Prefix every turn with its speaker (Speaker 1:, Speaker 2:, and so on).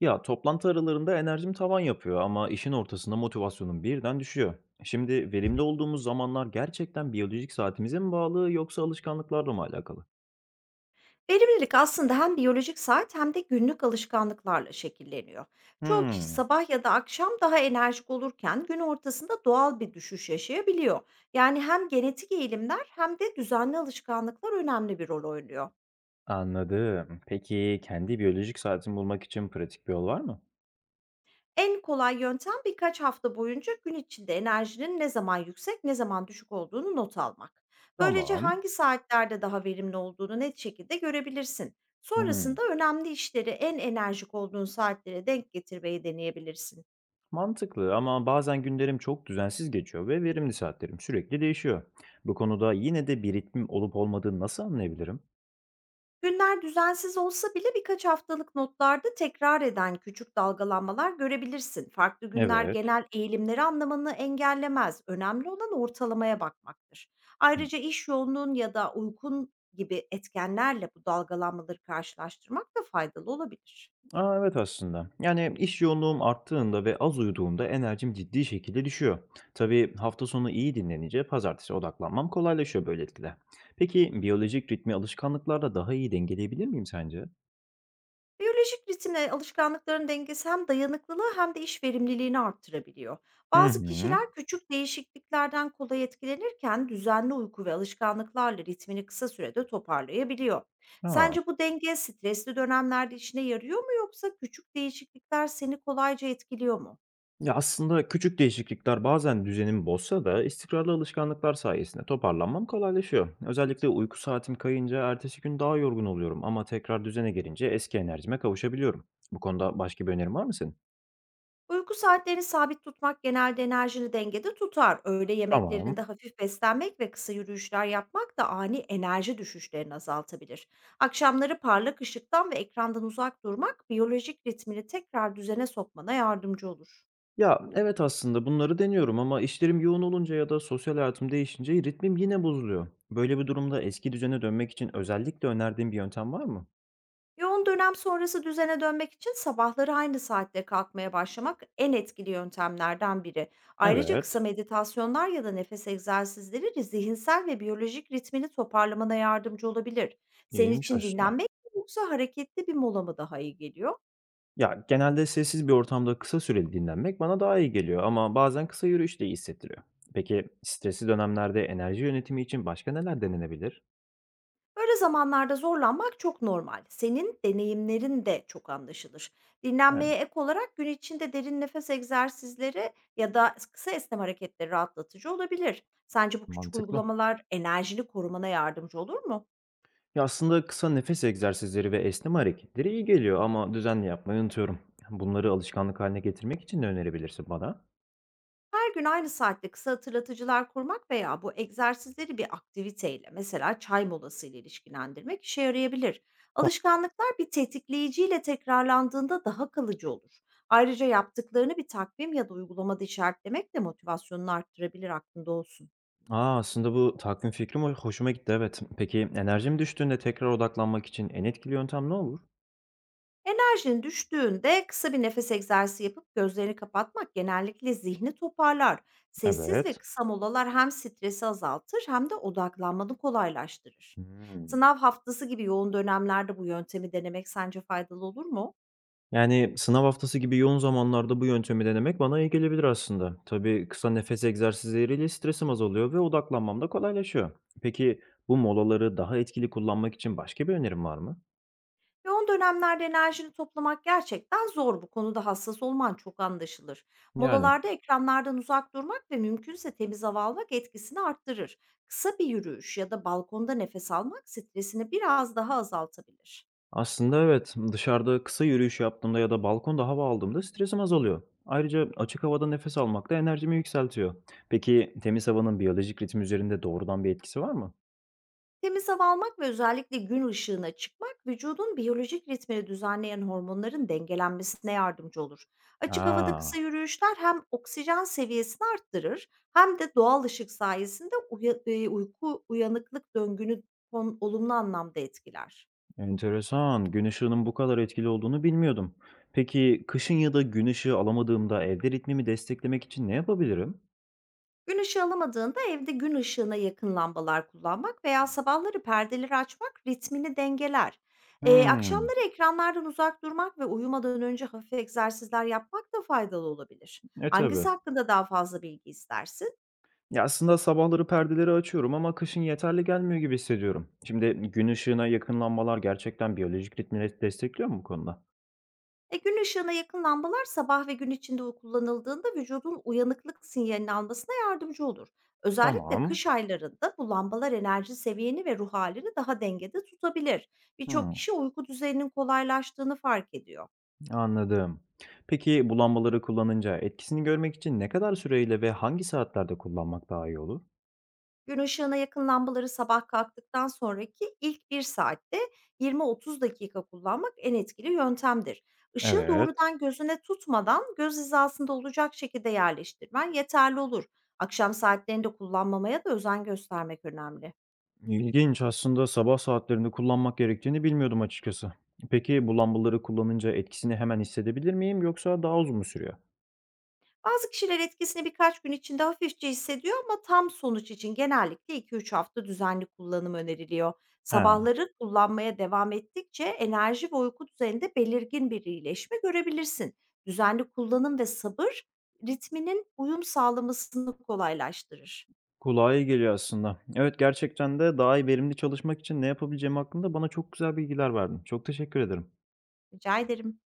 Speaker 1: Ya, toplantı aralarında enerjim tavan yapıyor ama işin ortasında motivasyonum birden düşüyor. Şimdi verimli olduğumuz zamanlar gerçekten biyolojik saatimize mi bağlı yoksa alışkanlıklarla mı alakalı?
Speaker 2: Verimlilik aslında hem biyolojik saat hem de günlük alışkanlıklarla şekilleniyor. Çoğu kişi
Speaker 1: Hmm,
Speaker 2: sabah ya da akşam daha enerjik olurken gün ortasında doğal bir düşüş yaşayabiliyor. Yani hem genetik eğilimler hem de düzenli alışkanlıklar önemli bir rol oynuyor.
Speaker 1: anladım. Peki kendi biyolojik saatimi bulmak için pratik bir yol var mı?
Speaker 2: En kolay yöntem birkaç hafta boyunca gün içinde enerjinin ne zaman yüksek, ne zaman düşük olduğunu not almak. Böylece
Speaker 1: Tamam.
Speaker 2: hangi saatlerde daha verimli olduğunu net şekilde görebilirsin.
Speaker 1: Hmm,
Speaker 2: Sonrasında önemli işleri en enerjik olduğun saatlere denk getirmeyi deneyebilirsin.
Speaker 1: mantıklı ama bazen günlerim çok düzensiz geçiyor ve verimli saatlerim sürekli değişiyor. Bu konuda yine de bir ritmim olup olmadığını nasıl anlayabilirim?
Speaker 2: Günler düzensiz olsa bile birkaç haftalık notlarda tekrar eden küçük dalgalanmalar görebilirsin. Farklı günler
Speaker 1: Evet.
Speaker 2: genel eğilimleri anlamanı engellemez. Önemli olan ortalamaya bakmaktır. Ayrıca iş yoğunluğun ya da uykun gibi etkenlerle bu dalgalanmaları karşılaştırmak da faydalı olabilir.
Speaker 1: Aa, evet aslında. Yani iş yoğunluğum arttığında ve az uyuduğumda enerjim ciddi şekilde düşüyor. Tabii hafta sonu iyi dinlenince pazartesi odaklanmam kolaylaşıyor böylelikle. Peki biyolojik ritmi alışkanlıklarla daha iyi dengeleyebilir miyim sence?
Speaker 2: Biyolojik ritimle alışkanlıkların dengesi hem dayanıklılığı hem de iş verimliliğini arttırabiliyor.
Speaker 1: Hı
Speaker 2: Bazı
Speaker 1: hı.
Speaker 2: kişiler küçük değişikliklerden kolay etkilenirken düzenli uyku ve alışkanlıklarla ritmini kısa sürede toparlayabiliyor.
Speaker 1: Aa.
Speaker 2: Sence bu denge stresli dönemlerde işine yarıyor mu, yoksa küçük değişiklikler seni kolayca etkiliyor mu?
Speaker 1: Ya aslında küçük değişiklikler bazen düzenimi bozsa da istikrarlı alışkanlıklar sayesinde toparlanmam kolaylaşıyor. Özellikle uyku saatim kayınca ertesi gün daha yorgun oluyorum ama tekrar düzene gelince eski enerjime kavuşabiliyorum. Bu konuda başka bir önerin var mı senin?
Speaker 2: Uyku saatlerini sabit tutmak genelde enerjini dengede tutar. Öğle yemeklerinde
Speaker 1: Tamam.
Speaker 2: hafif beslenmek ve kısa yürüyüşler yapmak da ani enerji düşüşlerini azaltabilir. Akşamları parlak ışıktan ve ekrandan uzak durmak biyolojik ritmini tekrar düzene sokmana yardımcı olur.
Speaker 1: Ya, evet, aslında bunları deniyorum ama işlerim yoğun olunca ya da sosyal hayatım değişince ritmim yine bozuluyor. Böyle bir durumda eski düzene dönmek için özellikle önerdiğin bir yöntem var mı?
Speaker 2: Yoğun dönem sonrası düzene dönmek için sabahları aynı saatte kalkmaya başlamak en etkili yöntemlerden biri. Ayrıca
Speaker 1: Evet,
Speaker 2: kısa meditasyonlar ya da nefes egzersizleri zihinsel ve biyolojik ritmini toparlamana yardımcı olabilir. Senin
Speaker 1: iyiymiş
Speaker 2: için
Speaker 1: aslında.
Speaker 2: dinlenmek mi, yoksa hareketli bir mola mı daha iyi geliyor?
Speaker 1: Ya, genelde sessiz bir ortamda kısa süreli dinlenmek bana daha iyi geliyor ama bazen kısa yürüyüş de iyi hissettiriyor. Peki stresli dönemlerde enerji yönetimi için başka neler denenebilir?
Speaker 2: Böyle zamanlarda zorlanmak çok normal. Senin deneyimlerin de çok anlaşılır. Dinlenmeye
Speaker 1: Yani
Speaker 2: ek olarak gün içinde derin nefes egzersizleri ya da kısa esnem hareketleri rahatlatıcı olabilir. Sence bu küçük
Speaker 1: mantıklı.
Speaker 2: uygulamalar enerjini korumana yardımcı olur mu?
Speaker 1: Ya, aslında kısa nefes egzersizleri ve esneme hareketleri iyi geliyor ama düzenli yapmayı unutuyorum. Bunları alışkanlık haline getirmek için ne önerebilirsin bana?
Speaker 2: Her gün aynı saatte kısa hatırlatıcılar kurmak veya bu egzersizleri bir aktiviteyle, mesela çay molası ile, ilişkilendirmek işe yarayabilir.
Speaker 1: Tamam.
Speaker 2: Alışkanlıklar bir tetikleyiciyle tekrarlandığında daha kalıcı olur. Ayrıca yaptıklarını bir takvim ya da uygulamada işaretlemek de motivasyonunu arttırabilir, aklında olsun.
Speaker 1: Aa, aslında bu takvim fikrim hoşuma gitti, evet. Peki enerjim düştüğünde tekrar odaklanmak için en etkili yöntem ne olur?
Speaker 2: Enerjin düştüğünde kısa bir nefes egzersizi yapıp gözlerini kapatmak genellikle zihni toparlar. Sessiz ve
Speaker 1: Evet.
Speaker 2: kısa molalar hem stresi azaltır hem de odaklanmanı kolaylaştırır.
Speaker 1: Hmm.
Speaker 2: Sınav haftası gibi yoğun dönemlerde bu yöntemi denemek sence faydalı olur mu?
Speaker 1: Yani sınav haftası gibi yoğun zamanlarda bu yöntemi denemek bana iyi gelebilir aslında. Tabii kısa nefes egzersizleriyle stresim azalıyor ve odaklanmam da kolaylaşıyor. Peki bu molaları daha etkili kullanmak için başka bir önerim var mı?
Speaker 2: Yoğun dönemlerde enerjini toplamak gerçekten zor. Bu konuda hassas olman çok anlaşılır.
Speaker 1: Yani.
Speaker 2: Molalarda ekranlardan uzak durmak ve mümkünse temiz hava almak etkisini arttırır. Kısa bir yürüyüş ya da balkonda nefes almak stresini biraz daha azaltabilir.
Speaker 1: Aslında evet, dışarıda kısa yürüyüş yaptığımda ya da balkonda hava aldığımda stresim azalıyor. Ayrıca açık havada nefes almak da enerjimi yükseltiyor. Peki temiz havanın biyolojik ritim üzerinde doğrudan bir etkisi var mı?
Speaker 2: Temiz hava almak ve özellikle gün ışığına çıkmak vücudun biyolojik ritmini düzenleyen hormonların dengelenmesine yardımcı olur. Açık havada kısa
Speaker 1: Aa,
Speaker 2: yürüyüşler hem oksijen seviyesini arttırır hem de doğal ışık sayesinde uyku uyanıklık döngünü olumlu anlamda etkiler.
Speaker 1: enteresan. Gün ışığının bu kadar etkili olduğunu bilmiyordum. Peki kışın ya da gün ışığı alamadığımda evde ritmimi desteklemek için ne yapabilirim?
Speaker 2: Gün ışığı alamadığında evde gün ışığına yakın lambalar kullanmak veya sabahları perdeleri açmak ritmini dengeler.
Speaker 1: Hmm,
Speaker 2: Akşamları ekranlardan uzak durmak ve uyumadan önce hafif egzersizler yapmak da faydalı olabilir. Hangisi
Speaker 1: tabii.
Speaker 2: hakkında daha fazla bilgi istersin?
Speaker 1: Ya, aslında sabahları perdeleri açıyorum ama kışın yeterli gelmiyor gibi hissediyorum. Şimdi gün ışığına yakın lambalar gerçekten biyolojik ritmi destekliyor mu bu konuda?
Speaker 2: Gün ışığına yakın lambalar sabah ve gün içinde kullanıldığında vücudun uyanıklık sinyalini almasına yardımcı olur. Özellikle
Speaker 1: Tamam.
Speaker 2: kış aylarında bu lambalar enerji seviyeni ve ruh halini daha dengede tutabilir. Birçok
Speaker 1: Hımm,
Speaker 2: kişi uyku düzeninin kolaylaştığını fark ediyor.
Speaker 1: anladım. Peki bu lambaları kullanınca etkisini görmek için ne kadar süreyle ve hangi saatlerde kullanmak daha iyi olur?
Speaker 2: Gün ışığına yakın lambaları sabah kalktıktan sonraki ilk bir saatte 20-30 dakika kullanmak en etkili yöntemdir. Işığı
Speaker 1: Evet.
Speaker 2: doğrudan gözüne tutmadan, göz hizasında olacak şekilde yerleştirmen yeterli olur. Akşam saatlerinde kullanmamaya da özen göstermek önemli.
Speaker 1: İlginç. Aslında sabah saatlerinde kullanmak gerektiğini bilmiyordum açıkçası. Peki bu lambaları kullanınca etkisini hemen hissedebilir miyim yoksa daha uzun mu sürüyor?
Speaker 2: Bazı kişiler etkisini birkaç gün içinde hafifçe hissediyor ama tam sonuç için genellikle iki-üç hafta düzenli kullanım öneriliyor.
Speaker 1: He.
Speaker 2: Sabahları kullanmaya devam ettikçe enerji ve uyku düzeninde belirgin bir iyileşme görebilirsin. Düzenli kullanım ve sabır ritminin uyum sağlamasını kolaylaştırır.
Speaker 1: Kulağa iyi geliyor aslında. Evet, gerçekten de daha iyi verimli çalışmak için ne yapabileceğim hakkında bana çok güzel bilgiler verdin. Çok teşekkür ederim.
Speaker 2: Rica ederim.